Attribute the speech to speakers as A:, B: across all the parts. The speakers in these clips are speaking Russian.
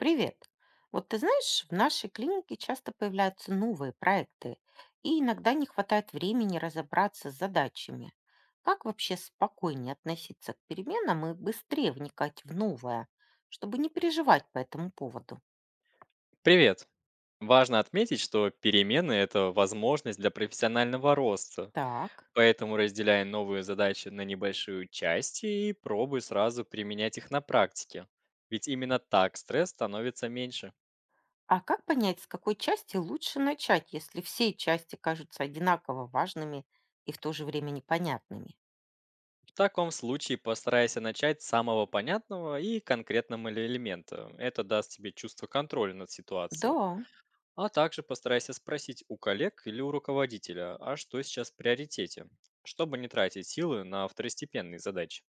A: Привет. Вот ты знаешь, в нашей клинике часто появляются новые проекты, и иногда не хватает времени разобраться с задачами. Как вообще спокойнее относиться к переменам и быстрее вникать в новое, чтобы не переживать по этому поводу?
B: Привет! Важно отметить, что перемены– это возможность для профессионального роста,
A: Так.
B: поэтому разделяй новые задачи на небольшие части и пробуй сразу применять их на практике. Ведь именно так стресс становится меньше.
A: А как понять, с какой части лучше начать, если все части кажутся одинаково важными и в то же время непонятными?
B: В таком случае постарайся начать с самого понятного и конкретного элемента. Это даст тебе чувство контроля над ситуацией.
A: Да.
B: А также постарайся спросить у коллег или у руководителя, а что сейчас в приоритете, чтобы не тратить силы на второстепенные задачи.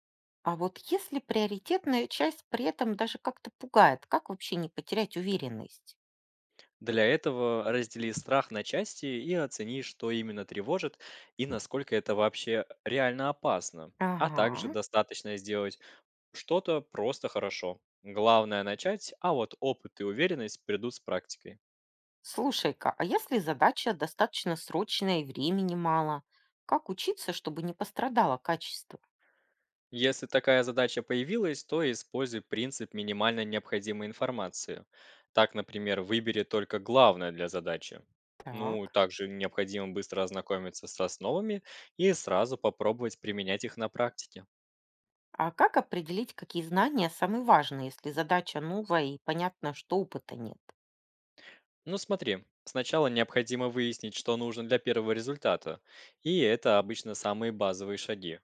A: А вот если приоритетная часть при этом даже как-то пугает, как вообще не потерять уверенность?
B: Для этого раздели страх на части и оцени, что именно тревожит и насколько это вообще реально опасно. А также
A: Ага.
B: достаточно сделать что-то просто хорошо. Главное начать, а вот опыт и уверенность придут с практикой.
A: Слушай-ка, а если задача достаточно срочная и времени мало, как учиться, чтобы не пострадало качество?
B: Если такая задача появилась, то используй принцип минимально необходимой информации. Так, например, выбери только главное для задачи. Ну,
A: Так.
B: также необходимо быстро ознакомиться с основами и сразу попробовать применять их на практике.
A: А как определить, какие знания самые важные, если задача новая и понятно, что опыта нет?
B: Ну смотри, сначала необходимо выяснить, что нужно для первого результата, и это обычно самые базовые шаги.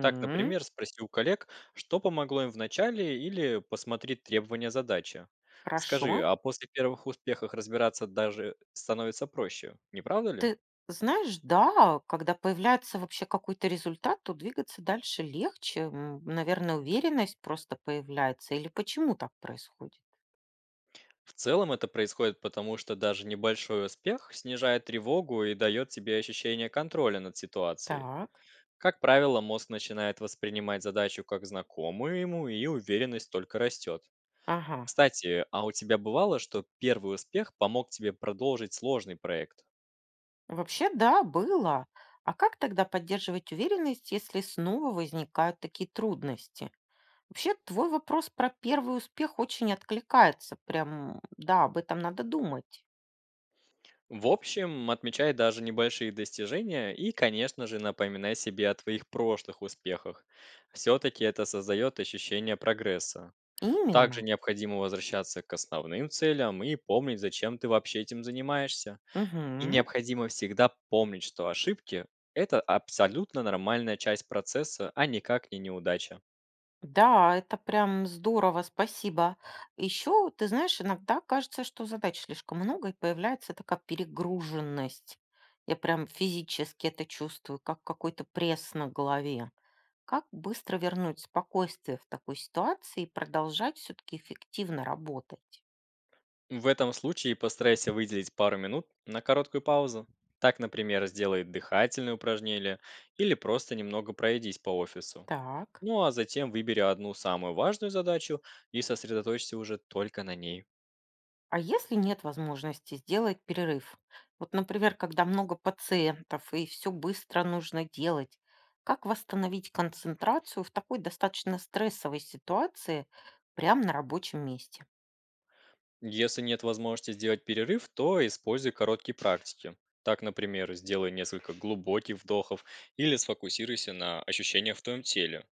B: Так, например, спроси у коллег, что помогло им в начале, или посмотри требования задачи. Скажи,
A: Хорошо.
B: а после первых успехов разбираться даже становится проще, не правда ли?
A: Ты знаешь, да, когда появляется вообще какой-то результат, то двигаться дальше легче. Наверное, уверенность просто появляется. Или почему так происходит?
B: В целом это происходит потому, что даже небольшой успех снижает тревогу и дает тебе ощущение контроля над ситуацией.
A: Так,
B: Как правило, мозг начинает воспринимать задачу как знакомую ему, и уверенность только растет.
A: ага.
B: Кстати, а у тебя бывало, что первый успех помог тебе продолжить сложный проект?
A: Вообще, да, было. А как тогда поддерживать уверенность, если снова возникают такие трудности? Вообще, твой вопрос про первый успех очень откликается. Прям, да, об этом надо думать.
B: В общем, отмечай даже небольшие достижения и, конечно же, напоминай себе о твоих прошлых успехах. Все-таки это создает ощущение прогресса. Также
A: Именно.
B: необходимо возвращаться к основным целям и помнить, зачем ты вообще этим занимаешься. И
A: Угу.
B: необходимо всегда помнить, что ошибки– это абсолютно нормальная часть процесса, а никак не неудача.
A: Да, это прям здорово, спасибо. Еще, ты знаешь, иногда кажется, что задач слишком много, и появляется такая перегруженность. Я прям физически это чувствую, как какой-то пресс на голове. Как быстро вернуть спокойствие в такой ситуации и продолжать все-таки эффективно работать?
B: В этом случае постарайся выделить пару минут на короткую паузу. Так, например, сделай дыхательные упражнения или просто немного пройдись по офису.
A: Так.
B: Ну а затем выбери одну самую важную задачу и сосредоточься уже только на ней.
A: А если нет возможности сделать перерыв? Вот, например, когда много пациентов и все быстро нужно делать, как восстановить концентрацию в такой достаточно стрессовой ситуации прямо на рабочем месте?
B: Если нет возможности сделать перерыв, то используй короткие практики. Так, например, сделай несколько глубоких вдохов или сфокусируйся на ощущениях в твоем теле.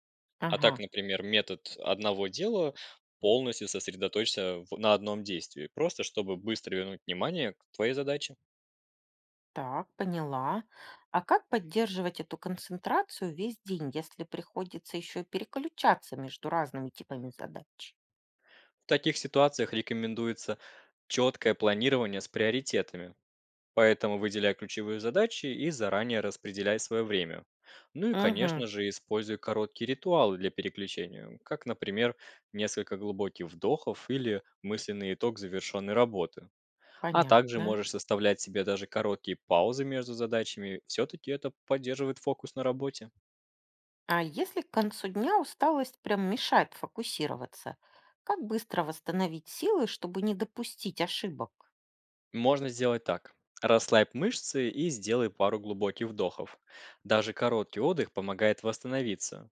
B: А
A: Ага,
B: так, например, метод одного дела полностью сосредоточься на одном действии, просто чтобы быстро вернуть внимание к твоей задаче.
A: так, поняла. А как поддерживать эту концентрацию весь день, если приходится еще и переключаться между разными типами задач?
B: В таких ситуациях рекомендуется четкое планирование с приоритетами, поэтому выделяй ключевые задачи и заранее распределяй свое время. Ну и,
A: Угу,
B: конечно же, используй короткие ритуалы для переключения, как, например, несколько глубоких вдохов или мысленный итог завершенной работы. А также
A: понятно.
B: можешь составлять себе даже короткие паузы между задачами, все-таки это поддерживает фокус на работе.
A: А если к концу дня усталость прям мешает фокусироваться, как быстро восстановить силы, чтобы не допустить ошибок?
B: Можно сделать так. Расслабь мышцы и сделай пару глубоких вдохов. Даже короткий отдых помогает восстановиться.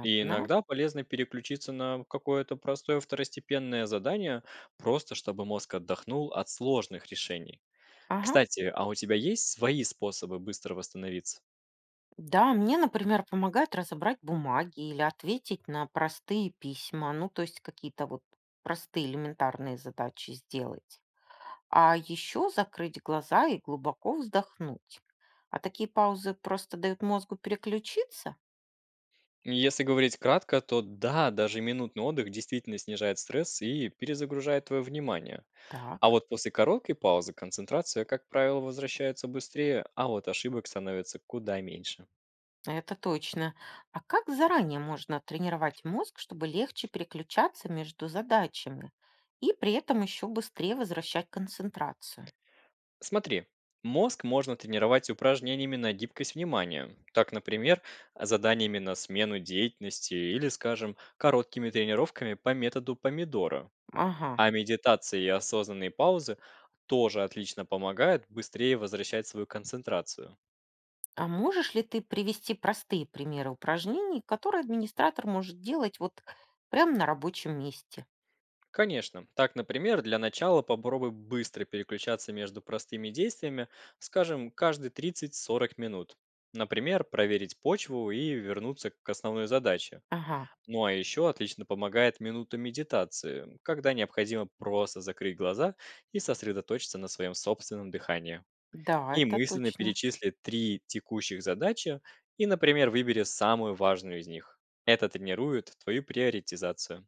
B: И иногда полезно переключиться на какое-то простое второстепенное задание, просто чтобы мозг отдохнул от сложных решений.
A: Ага.
B: Кстати, а у тебя есть свои способы быстро восстановиться?
A: Да, мне, например, помогает разобрать бумаги или ответить на простые письма, ну, то есть какие-то вот простые элементарные задачи сделать. А еще закрыть глаза и глубоко вздохнуть. А такие паузы просто дают мозгу переключиться?
B: Если говорить кратко, то да, даже минутный отдых действительно снижает стресс и перезагружает твое внимание. А
A: Так.
B: вот после короткой паузы концентрация, как правило, возвращается быстрее, а вот ошибок становится куда меньше.
A: Это точно. А как заранее можно тренировать мозг, чтобы легче переключаться между задачами и при этом еще быстрее возвращать концентрацию?
B: Смотри, мозг можно тренировать упражнениями на гибкость внимания. Так, например, заданиями на смену деятельности или, скажем, короткими тренировками по методу помидора.
A: Ага.
B: А медитации и осознанные паузы тоже отлично помогают быстрее возвращать свою концентрацию.
A: А можешь ли ты привести простые примеры упражнений, которые администратор может делать вот прямо на рабочем месте?
B: Конечно. Так, например, для начала попробуй быстро переключаться между простыми действиями, скажем, каждые 30–40 минут. Например, проверить почву и вернуться к основной задаче.
A: Ага.
B: Ну а еще отлично помогает минута медитации, когда необходимо просто закрыть глаза и сосредоточиться на своем собственном дыхании.
A: Да,
B: И
A: это
B: мысленно
A: точно.
B: перечисли три текущих задачи и, например, выбери самую важную из них. Это тренирует твою приоритизацию.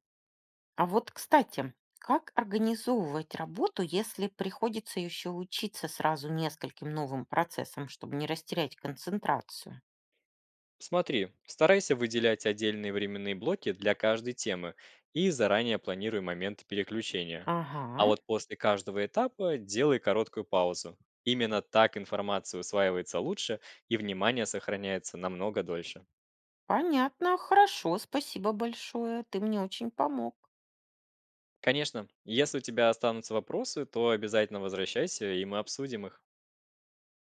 A: А вот, кстати, как организовывать работу, если приходится еще учиться сразу нескольким новым процессам, чтобы не растерять концентрацию?
B: Смотри, старайся выделять отдельные временные блоки для каждой темы и заранее планируй моменты переключения. А
A: Ага.
B: вот после каждого этапа делай короткую паузу. Именно так информация усваивается лучше и внимание сохраняется намного дольше.
A: Понятно, хорошо, спасибо большое. Ты мне очень помог.
B: Конечно, если у тебя останутся вопросы, то обязательно возвращайся, и мы обсудим их.